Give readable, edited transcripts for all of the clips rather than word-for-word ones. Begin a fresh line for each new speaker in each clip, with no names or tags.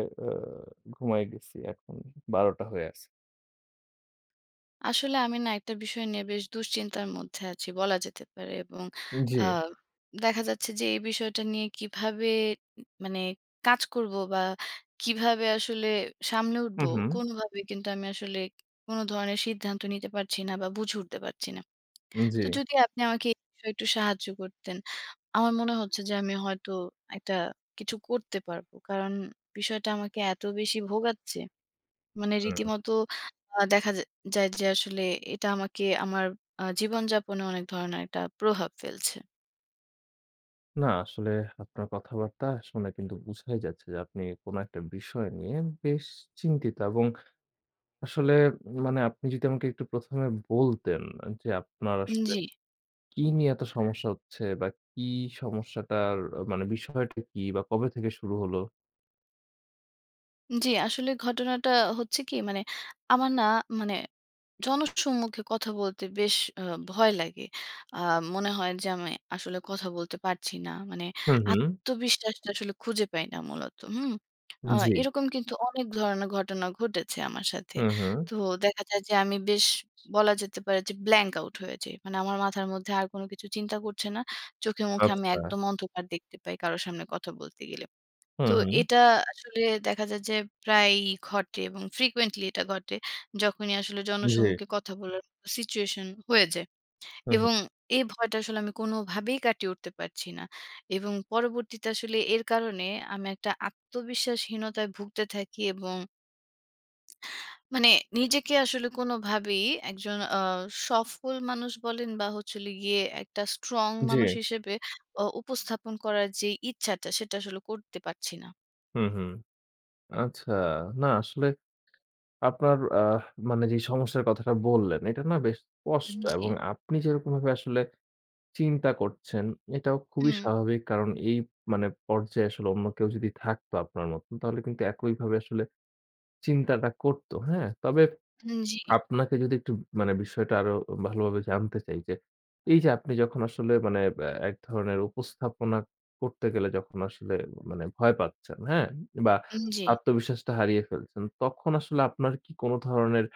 এ আ ঘুমায় গেছি এখন ১২টা হয়ে আছে।
আসলে আমি না একটা বিষয় নিয়ে বেশ দুশ্চিন্তার মধ্যে আছি বলা যেতে পারে এবং
জি।
আহ, দেখা যাচ্ছে যে এই বিষয়টা নিয়ে কিভাবে মানে কাজ করব বা কিভাবে আসলে সামলে উঠবো
হুম, হুম।
কোনোভাবে, কিন্তু আমি আসলে কোনো ধরনের সিদ্ধান্ত নিতে পারছি না বা বুঝে উঠতে পারছি না।
জি।
তো যদি আপনি আমাকে এই বিষয়ে একটু সাহায্য করতেন, আমার মনে হচ্ছে যে আমি হয়তো একটা কিছু করতে পারবো, কারণ বিষয়টা আমাকে এত বেশি ভোগাচ্ছে।
হুম।
রীতিমতো দেখা যায় যে আসলে এটা আমাকে আমার জীবনযাপনে অনেক ধরনের একটা প্রভাব ফেলছে।
না আসলে আপনার কথাবার্তা শুনে কিন্তু বুঝাই যাচ্ছে যে আপনি কোনো একটা বিষয় নিয়ে বেশ চিন্তিত এবং আসলে মানে আপনি যদি আমাকে একটু ১ম এ বলতেন যে আপনার আসলে
জি,
কি নিয়ে এত সমস্যা হচ্ছে বা কি সমস্যাটার মানে বিষয়টা কি বা কবে থেকে শুরু হলো?
জি। আসলে ঘটনাটা হচ্ছে কি, আমার না, মানে জনসম্মুখে কথা বলতে বেশ আ ভয় লাগে। আ মনে হয় যে আমি আসলে কথা বলতে পারছি না।
হুম, হুম।
আত্মবিশ্বাসটা আসলে খুঁজে পাই না মূলত। হুম? আ
জি।
এরকম কিন্তু অনেক ধরনের ঘটনা ঘটেছে আমার সাথে।
হুম, হুম।
তো দেখা যায় যে আমি বেশ, বলা যেতে পারে যে, ব্ল্যাঙ্ক আউট হয়ে যাই। মানে আমার মাথার মধ্যে আর কোন কিছু চিন্তা ঘুরছে না। চোখে মুখে আমি
আচ্ছা।
একদম অন্ধকার দেখতে পাই কারো সামনে কথা বলতে গেলে। তো
হুম, হুম।
এটা আসলে দেখা যায় যে প্রায়ই ঘটে এবং frequently এটা ঘটে। যখনই আসলে
জি।
জনসম্মুখে কথা বলার মতো situation হয়ে যায়।
হুম,
এবং
হুম।
এই ভয়টা আসলে আমি কোনোভাবেই কাটিয়ে উঠতে পারছি না। এবং পরবর্তীতে আসলে এর কারণে আমি একটা আত্মবিশ্বাসহীনতায় ভুগতে থাকি এবং মানে নিজেকে আসলে কোনোভাবেই একজন সফল মানুষ বলেন বা হচ্ছে হলো গিয়ে একটা strong
জি।
মানুষ হিসেবে উপস্থাপন করার যে ইচ্ছাটা সেটা আসলে করতে পারছি না।
হুম, হুম। আচ্ছা। না আসলে আপনার মানে যে সমস্যার কথাটা বললেন, এটা না বেশ স্পষ্ট
জি।
এবং আপনি যেরকমভাবে আসলে চিন্তা করছেন, এটাও খুবই
হুম।
স্বাভাবিক। কারণ এই মানে পর্যায়ে আসলে অন্য কেউ যদি থাকতো আপনার মতন, তাহলে কিন্তু একইভাবে আসলে চিন্তাটা করত। হ্যাঁ? তবে
উম জি,
আপনাকে যদি একটু মানে বিষয়টা আরো ভালোভাবে জানতে চাই যে, এই যে আপনি যখন আসলে মানে এক ধরনের উপস্থাপনা করতে গেলে যখন আসলে মানে ভয় পাচ্ছেন, হ্যাঁ? বা
উম জি।
আত্মবিশ্বাসটা হারিয়ে ফেলছেন, তখন আসলে আপনার কি কোন ধরনের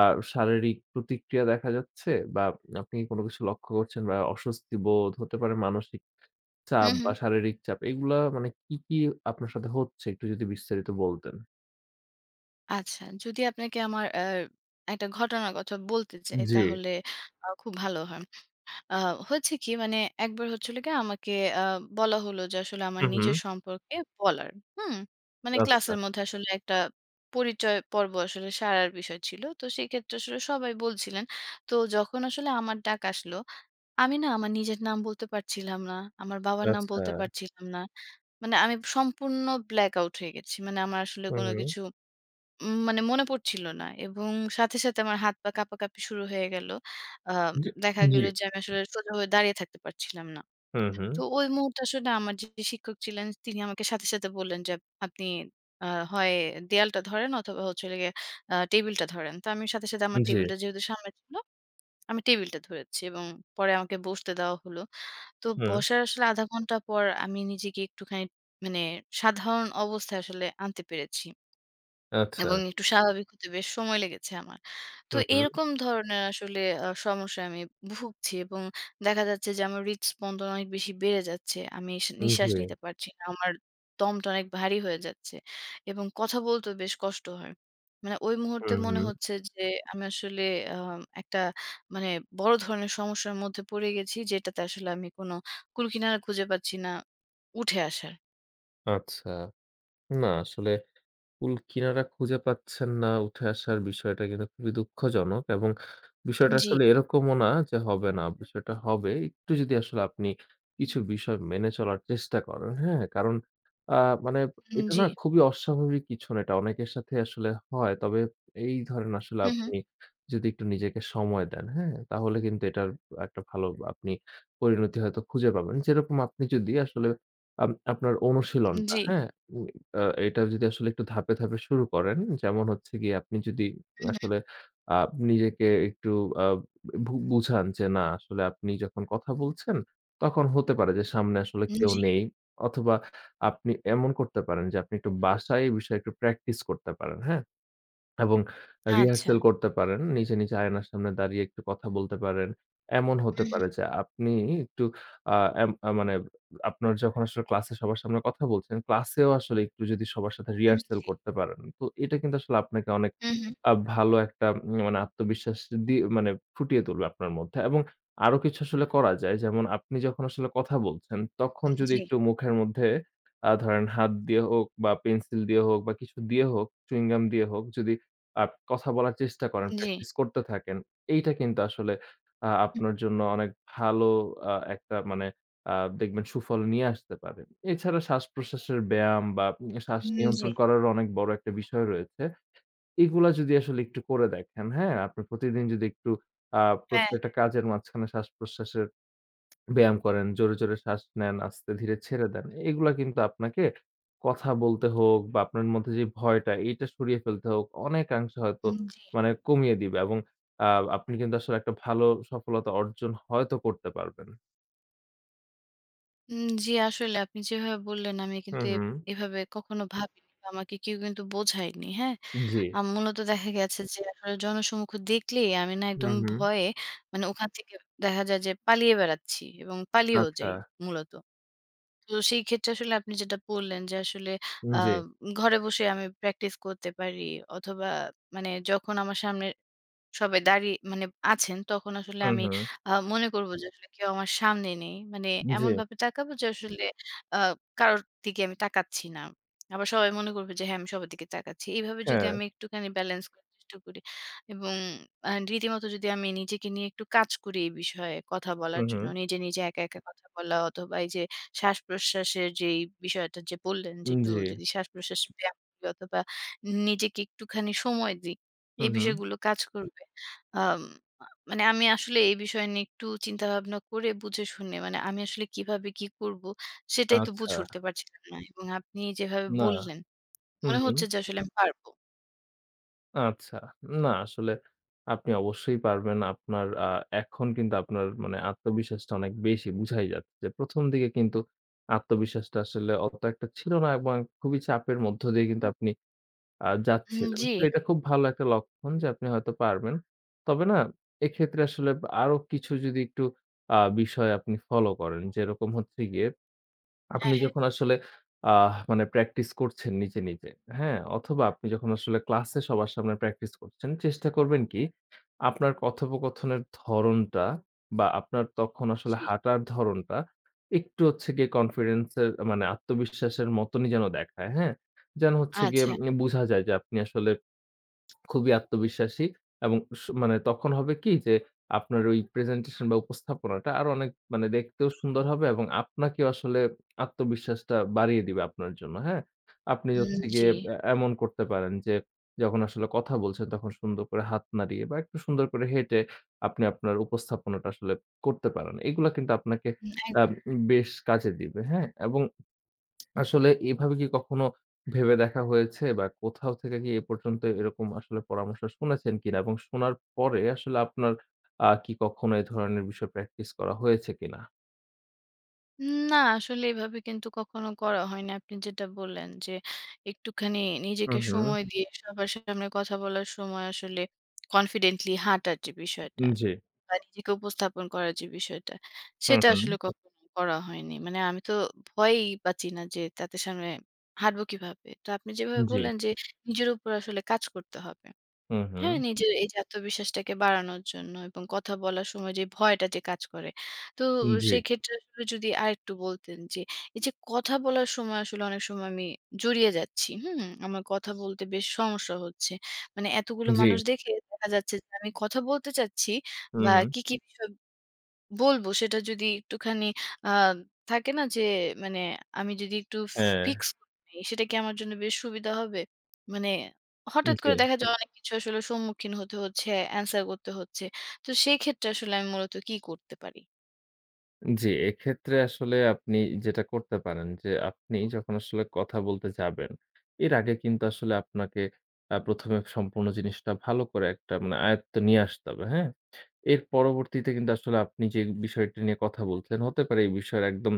আ শারীরিক প্রতিক্রিয়া দেখা যাচ্ছে? বা আপনি কি কোন কিছু লক্ষ্য করছেন বা অস্বস্তি বোধ হতে পারে মানসিক চাপ
হুম,
বা
হুম।
শারীরিক চাপ এগুলা মানে কি, কি আপনার সাথে হচ্ছে একটু যদি বিস্তারিত বলতেন?
আচ্ছা, যদি আপনাকে আমার একটা ঘটনার কথা বলতে চাই
জি।
তাহলে খুব ভালো হয়। আ হয়েছে কি, একবার হচ্ছিল গিয়ে আমাকে আ বলা হলো যে আসলে আমার
হু, হু।
নিজের সম্পর্কে বলার। হুম? মানে
আচ্ছা,
ক্লাসের মধ্যে আসলে একটা পরিচয় পর্ব আসলে সারার বিষয় ছিল। তো সেক্ষেত্রে আসলে সবাই বলছিলেন। তো যখন আসলে আমার ডাক আসলো, আমি না আমার নিজের নাম বলতে পারছিলাম না। আমার বাবার নাম
আচ্ছা।
বলতে পারছিলাম না। মানে আমি সম্পূর্ণ ব্ল্যাক আউট হয়ে গেছি। মানে আমার আসলে
হু,
কোনো
হু।
কিছু মনে পড়ছিল না, এবং সাথে, সাথে আমার হাত পা কাঁপাকাঁপি শুরু হয়ে গেল। আ
জি,
দেখা
জি।
গেল যে আমি আসলে সোজা হয়ে দাঁড়িয়ে থাকতে পারছিলাম না।
হুম, হুম।
তো ওই মুহূর্তে আসলে আমার যে শিক্ষক ছিলেন তিনি আমাকে সাথে, সাথে বললেন যে, "আপনি আ হয় দেয়ালটা ধরেন অথবা হচ্ছে হলো গিয়ে টেবিলটা ধরেন।" তো আমি সাথে, সাথে আমার
জি।
টেবিলটা যেহেতু সামনে ছিল, আমি টেবিলটা ধরেছি এবং পরে আমাকে বসতে দেওয়া হলো। তো
হুম।
বসার আসলে আধা ঘন্টা পর আমি নিজেকে একটুখানি মানে সাধারণ অবস্থায় আসলে আনতে পেরেছি।
আচ্ছা।
এবং একটু স্বাভাবিক হতে বেশ সময় লেগেছে আমার। তো
হুম, হুম।
এরকম ধরনের আসলে সমস্যায় আমি ভুগছি এবং দেখা যাচ্ছে যে আমার হৃদস্পন্দন অনেক বেশি বেড়ে যাচ্ছে। আমি নিঃশ্বাস
জি।
নিতে পারছি না। আমার দমটা অনেক ভারী হয়ে যাচ্ছে এবং কথা বলতেও বেশ কষ্ট হয়। মানে ওই মুহূর্তে
হুম,
মনে
হুম।
হচ্ছে যে আমি আসলে আ একটা মানে বড় ধরনের সমস্যার মধ্যে পড়ে গেছি, যেটাতে আসলে আমি কোন কুলকিনারা খুঁজে পাচ্ছি না উঠে আসার।
আচ্ছা। না আসলে কুল কিনারা খুঁজে পাচ্ছেন না উঠে আসার বিষয়টা কিন্তু খুবই দুঃখজনক এবং বিষয়টা হুম।
জি,
আসলে এরকমও না যে হবে না। বিষয়টা হবে। একটু যদি আসলে আপনি কিছু বিষয় মেনে চলার চেষ্টা করেন, হ্যাঁ? কারণ আ মানে এটা
জি।
না খুবই অস্বাভাবিক কিছু না। এটা অনেকের সাথে আসলে হয়। তবে এই ধরেন আসলে
হু, হু।
আপনি যদি একটু নিজেকে সময় দেন, হ্যাঁ? তাহলে কিন্তু এটার একটা ভালো আপনি পরিণতি হয়তো খুঁজে পাবেন। যেরকম আপনি যদি আসলে আপনার অনুশীলনটা,
জি।
হ্যাঁ? আ এটা যদি আসলে একটু ধাপে, ধাপে শুরু করেন, যেমন হচ্ছে গিয়ে আপনি যদি
হু, হু।
আসলে আ নিজেকে একটু আ বুঝান যে না আসলে আপনি যখন কথা বলছেন, তখন হতে পারে যে সামনে আসলে কেউ
জি।
নেই। অথবা আপনি এমন করতে পারেন যে আপনি একটু বাসায় এই বিষয়ে একটু প্র্যাকটিস করতে পারেন, হ্যাঁ? এবং
আচ্ছা।
রিহার্সাল করতে পারেন। নিজে, নিজে আয়নার সামনে দাঁড়িয়ে একটু কথা বলতে পারেন। এমন হতে
হুম,
পারে যে আপনি একটু আ এম আ মানে আপনার যখন আসলে ক্লাসে সবার সামনে কথা বলছেন, ক্লাসেও আসলে একটু যদি সবার সাথে
হুম,
রিহার্সাল
জি।
করতে পারেন, তো এটা কিন্তু আসলে আপনাকে অনেক
হুম, হুম,
ভালো একটা মানে আত্মবিশ্বাস দিয়ে মানে ফুটিয়ে তুলবে আপনার মধ্যে। এবং আরো কিছু আসলে করা যায়। যেমন আপনি যখন আসলে কথা বলছেন, তখন যদি
জি।
একটু মুখের মধ্যে ধরেন হাত দিয়ে হোক বা পেন্সিল দিয়ে হোক বা কিছু দিয়ে হোক, চুইং গাম দিয়ে হোক যদি আ কথা বলার চেষ্টা করেন,
জি।
প্র্যাকটিস করতে থাকেন। এইটা কিন্তু আসলে আপনার জন্য অনেক ভালো একটা মানে আ দেখবেন সুফল নিয়ে আসতে পারে। এছাড়া শ্বাস-প্রশ্বাসের ব্যায়াম বা শ্বাস
হুম, জি।
নিয়ন্ত্রণ করারও অনেক বড় একটা বিষয় রয়েছে। এগুলা যদি আসলে একটু করে দেখেন, হ্যাঁ? আপনি প্রতিদিন যদি একটু আ
হ্যাঁ।
প্রত্যেকটা কাজের মাঝখানে শ্বাস-প্রশ্বাসের ব্যায়াম করেন, জোরে, জোরে শ্বাস নেন, আস্তে ধীরে ছেড়ে দেন। এগুলা কিন্তু আপনাকে কথা বলতে হোক বা আপনার মধ্যে যে ভয়টা এইটা সরিয়ে ফেলতে হোক অনেকাংশে হয়তো
হুম, জি।
মানে কমিয়ে দিবে এবং আ আপনি কিন্তু আসলে একটা ভালো সফলতা অর্জন হয়তো করতে পারবেন।
উম জি, আসলে আপনি যেভাবে বললেন, আমি
হুম,
কিন্তু
হুম।
এভাবে কখনো ভাবিনি বা আমাকে কেউ কিন্তু বোঝায়নি। হ্যাঁ?
জি।
মূলত দেখা গেছে যে আসলে জনসম্মুখ দেখলেই আমি না
হুম,
একদম
হুম।
ভয়ে, ওখান থেকে দেখা যায় যে পালিয়ে বেড়াচ্ছি এবং পালিয়েও
আচ্ছা।
যাই মূলত। তো সেই ক্ষেত্রে আসলে আপনি যেটা বললেন যে আসলে আ
জি।
ঘরে বসে আমি প্র্যাকটিস করতে পারি, অথবা যখন আমার সামনে সবাই দাঁড়িয়ে আছেন, তখন আসলে
হুম,
আমি
হুম।
মনে করব যে আসলে কেউ আমার সামনে নেই। মানে
জি।
এমনভাবে তাকাবো যে আসলে আ কারোর দিকে আমি তাকাচ্ছি না। আবার সবাই মনে করবে যে হ্যাঁ, আমি সবার দিকে তাকাচ্ছি। এইভাবে যদি
হ্যাঁ।
আমি একটুখানি ব্যালেন্স করার চেষ্টা করি এবং রীতিমতো যদি আমি নিজেকে নিয়ে একটু কাজ করি এই বিষয়ে কথা বলার
হুম,
জন্য,
হুম।
নিজে, নিজে, একা, একা কথা বলা, অথবা এই যে শ্বাস-প্রশ্বাসের যেই বিষয়টা যে বললেন যে একটু
জি।
যদি শ্বাস-প্রশ্বাস ব্যায়াম করি, অথবা নিজেকে একটুখানি সময় দিই,
হুম,
এই
হুম।
বিষয়গুলো কাজ করবে। আম আমি আসলে এই বিষয় নিয়ে একটু চিন্তাভাবনা করে বুঝে শুনে, মানে আমি আসলে কিভাবে কি করব সেটাই তো
আচ্ছা।
বুঝে উঠতে পারছিলাম না। এবং আপনি যেভাবে
না।
বললেন,
হুম,
মনে
হুম।
হচ্ছে যে আসলে আমি পারবো।
আচ্ছা। না আসলে আপনি অবশ্যই পারবেন। আপনার এখন কিন্তু আপনার মানে আত্মবিশ্বাসটা অনেক বেশি বুঝাই যাচ্ছে যে ১ম দিকে কিন্তু আত্মবিশ্বাসটা আসলে অত একটা ছিল না এবং খুবই চাপের মধ্য দিয়ে কিন্তু আপনি
হুম,
যাচ্ছিলেন।
জি।
তো এটা খুব ভালো একটা লক্ষণ যে আপনি হয়তো পারবেন। তবে না এক্ষেত্রে আসলে আরো কিছু যদি একটু বিষয় আপনি ফলো করেন যেরকম হচ্ছে গিয়ে
হ্যাঁ,
আপনি
হ্যাঁ।
যখন আসলে আ মানে প্র্যাকটিস করছেন নিজে, নিজে, হ্যাঁ? অথবা আপনি যখন আসলে ক্লাসে সবার সামনে প্র্যাকটিস করছেন, চেষ্টা করবেন কি আপনার কথোপকথনের ধরনটা বা আপনার তখন আসলে
জি।
হাঁটার ধরনটা একটু হচ্ছে গিয়ে কনফিডেন্স এর মানে আত্মবিশ্বাসের মতনই যেন দেখায়, হ্যাঁ? যেন হচ্ছে গিয়ে
আচ্ছা।
বোঝা যায় যে আপনি আসলে খুবই আত্মবিশ্বাসী এবং মানে তখন হবে কি যে আপনার ওই প্রেজেন্টেশন বা উপস্থাপনাটা আরো অনেক মানে দেখতেও সুন্দর হবে এবং আপনাকেও আসলে আত্মবিশ্বাসটা বাড়িয়ে দিবে আপনার জন্য, হ্যাঁ? আপনি
হুম,
হচ্ছে
জি।
গিয়ে এমন করতে পারেন যে যখন আসলে কথা বলছেন তখন সুন্দর করে হাত নাড়িয়ে বা একটু সুন্দর করে হেঁটে আপনি আপনার উপস্থাপনাটা আসলে করতে পারেন। এগুলা কিন্তু আপনাকে
হুম, এক।
আ বেশ কাজে দিবে, হ্যাঁ? এবং আসলে এভাবে কি কখনো ভেবে দেখা হয়েছে বা কোথাও থেকে কি এ পর্যন্ত এরকম আসলে পরামর্শ শুনেছেন কিনা? এবং শোনার পরে আসলে আপনার কি কখনো এ ধরনের বিষয় প্র্যাকটিস করা হয়েছে কিনা?
না আসলে, এভাবে কিন্তু কখনো করা হয়নি। আপনি যেটা বললেন যে একটুখানি নিজেকে
হুম, হুম।
সময় দিয়ে সবার সামনে কথা বলার সময় আসলে কনফিডেন্টলি হাঁটার যে বিষয়টা
জি।
বা নিজেকে উপস্থাপন করার যে বিষয়টা,
হুম,
সেটা
হুম।
আসলে কখনো করা হয়নি। মানে আমি তো ভয়েই পাচ্ছি না যে তাদের সামনে হাঁটবো কিভাবে? তো আপনি যেভাবে
জি।
বললেন যে নিজের উপর আসলে কাজ করতে হবে।
হুম, হুম।
হ্যাঁ, নিজের এই যে আত্মবিশ্বাসটাকে বাড়ানোর জন্য এবং কথা বলার সময় যে ভয়টা যে কাজ করে। তো
জি,
সেক্ষেত্রে আসলে যদি আরেকটু বলতেন যে, এই যে কথা বলার সময় আসলে অনেক সময় আমি জড়িয়ে যাচ্ছি, হুম? আমার কথা বলতে বেশ সমস্যা হচ্ছে। মানে এতগুলো
জি।
মানুষ দেখে দেখা যাচ্ছে যে আমি কথা বলতে চাচ্ছি,
হুম,
বা
হুম।
কি, কি বিষয় বলবো সেটা যদি একটুখানি আ থাকে না যে মানে আমি যদি একটু
হ্যাঁ,
ফিক্স করে নেই, সেটা কি আমার জন্য বেশ সুবিধা হবে? মানে হঠাৎ
জি।
করে দেখা যায় অনেক কিছু আসলে সম্মুখীন হতে হচ্ছে, অ্যান্সার করতে হচ্ছে। তো সেই ক্ষেত্রে আসলে আমি মূলত কি করতে পারি?
জি, এক্ষেত্রে আসলে আপনি যেটা করতে পারেন যে, আপনি যখন আসলে কথা বলতে যাবেন, এর আগে কিন্তু আসলে আপনাকে ১ম এ সম্পূর্ণ জিনিসটা ভালো করে একটা মানে আয়ত্তে নিয়ে আসতে হবে, হ্যাঁ? এর পরবর্তীতে কিন্তু আসলে আপনি যে বিষয়টি নিয়ে কথা বলছেন, হতে পারে এই বিষয়ের একদম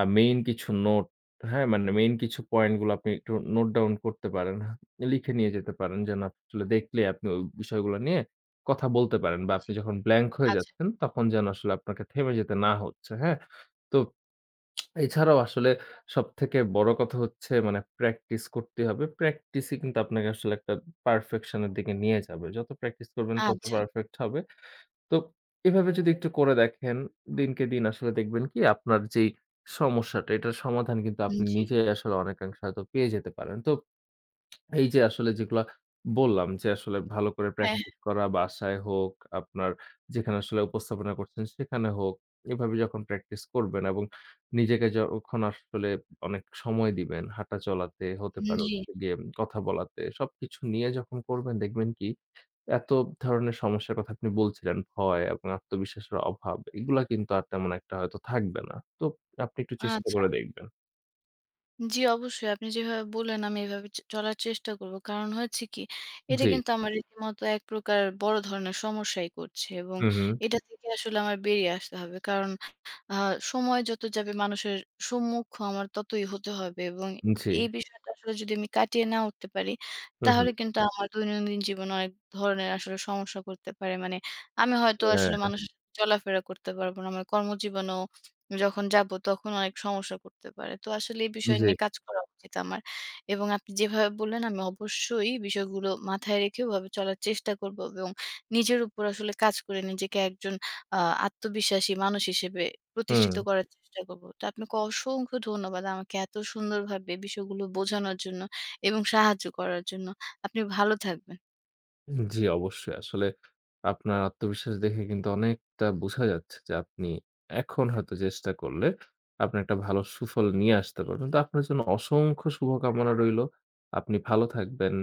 মেইন কিছু নোট, হ্যাঁ? মানে মেইন কিছু পয়েন্টগুলো আপনি একটু নোট ডাউন করতে পারেন। লিখে নিয়ে যেতে পারেন যেন আসলে দেখলে আপনি ওই বিষয়গুলো নিয়ে কথা বলতে পারেন বা আপনি
জি।
যখন ব্ল্যাংক হয়ে
আচ্ছা,
যাচ্ছেন, তখন যেন আসলে আপনাকে থেমে যেতে না হচ্ছে, হ্যাঁ? তো এছাড়াও আসলে সবথেকে বড় কথা হচ্ছে মানে প্র্যাকটিস করতেই হবে। প্র্যাকটিসই কিন্তু আপনাকে আসলে একটা পারফেকশন এর দিকে নিয়ে যাবে। যত প্র্যাকটিস করবেন তত
আচ্ছা।
পারফেক্ট হবে। তো এভাবে যদি একটু করে দেখেন, দিনকে দিন আসলে দেখবেন কি আপনার যেই সমস্যাটা, এটার সমাধান কিন্তু আপনি
জি,
নিজেই আসলে অনেকাংশে হয়তো পেয়ে যেতে পারেন। তো এই যে আসলে যেগুলা বললাম যে আসলে ভালো করে
হ্যাঁ,
প্র্যাকটিস
হ্যাঁ।
করা, বাসায় হোক, আপনার যেখানে আসলে উপস্থাপনা করছেন সেখানে হোক, এভাবে যখন প্র্যাকটিস করবেন এবং নিজেকে যখন আসলে অনেক সময় দিবেন, হাঁটা চলাতে হতে পারে
জি,
হচ্ছে গিয়ে কথা বলাতে, সবকিছু নিয়ে যখন করবেন দেখবেন কি এত ধরনের সমস্যার কথা আপনি বলছিলেন, ভয় এবং আত্মবিশ্বাসের অভাব এগুলা কিন্তু আর তেমন একটা হয়তো থাকবে না। তো আপনি একটু চেষ্টা
আচ্ছা।
করে দেখবেন।
জি, অবশ্যই। আপনি যেভাবে বললেন, আমি এভাবে চলার চেষ্টা করব। কারণ হয়েছে কি, এটা
জি।
কিন্তু আমার রীতিমতো এক প্রকার বড় ধরনের সমস্যাই করছে, এবং
হু, হু।
এটা থেকে আসলে আমার বেরিয়ে আসতে হবে। কারণ আ সময় যত যাবে মানুষের সম্মুখ আমার ততই হতে হবে, এবং
জি।
এই বিষয়টা আসলে যদি আমি কাটিয়ে না উঠতে পারি,
হু, হু।
তাহলে কিন্তু আমার দৈনন্দিন জীবনে অনেক ধরনের আসলে সমস্যা করতে পারে। মানে আমি হয়তো
হ্যাঁ,
আসলে মানুষের সাথে চলাফেরা করতে পারব না। আমার কর্মজীবনেও যখন যাবো তখন অনেক সমস্যা করতে পারে। তো আসলে এই বিষয়
জি।
নিয়ে কাজ করা উচিত আমার। এবং আপনি যেভাবে বললেন, আমি অবশ্যই বিষয়গুলো মাথায় রেখে ওভাবে চলার চেষ্টা করব এবং নিজের উপর আসলে কাজ করে নিজেকে একজন আ আত্মবিশ্বাসী মানুষ হিসেবে
হুম।
প্রতিষ্ঠিত করার চেষ্টা করব। তো আপনাকে অসংখ্য ধন্যবাদ আমাকে এত সুন্দরভাবে বিষয়গুলো বোঝানোর জন্য এবং সাহায্য করার জন্য। আপনি ভালো থাকবেন।
জি, অবশ্যই। আসলে আপনার আত্মবিশ্বাস দেখে কিন্তু অনেকটা বোঝা যাচ্ছে যে আপনি এখন হয়তো চেষ্টা করলে আপনি একটা ভালো সুফল নিয়ে আসতে পারবেন। তো আপনার জন্য অসংখ্য শুভকামনা রইলো। আপনি ভালো থাকবেন।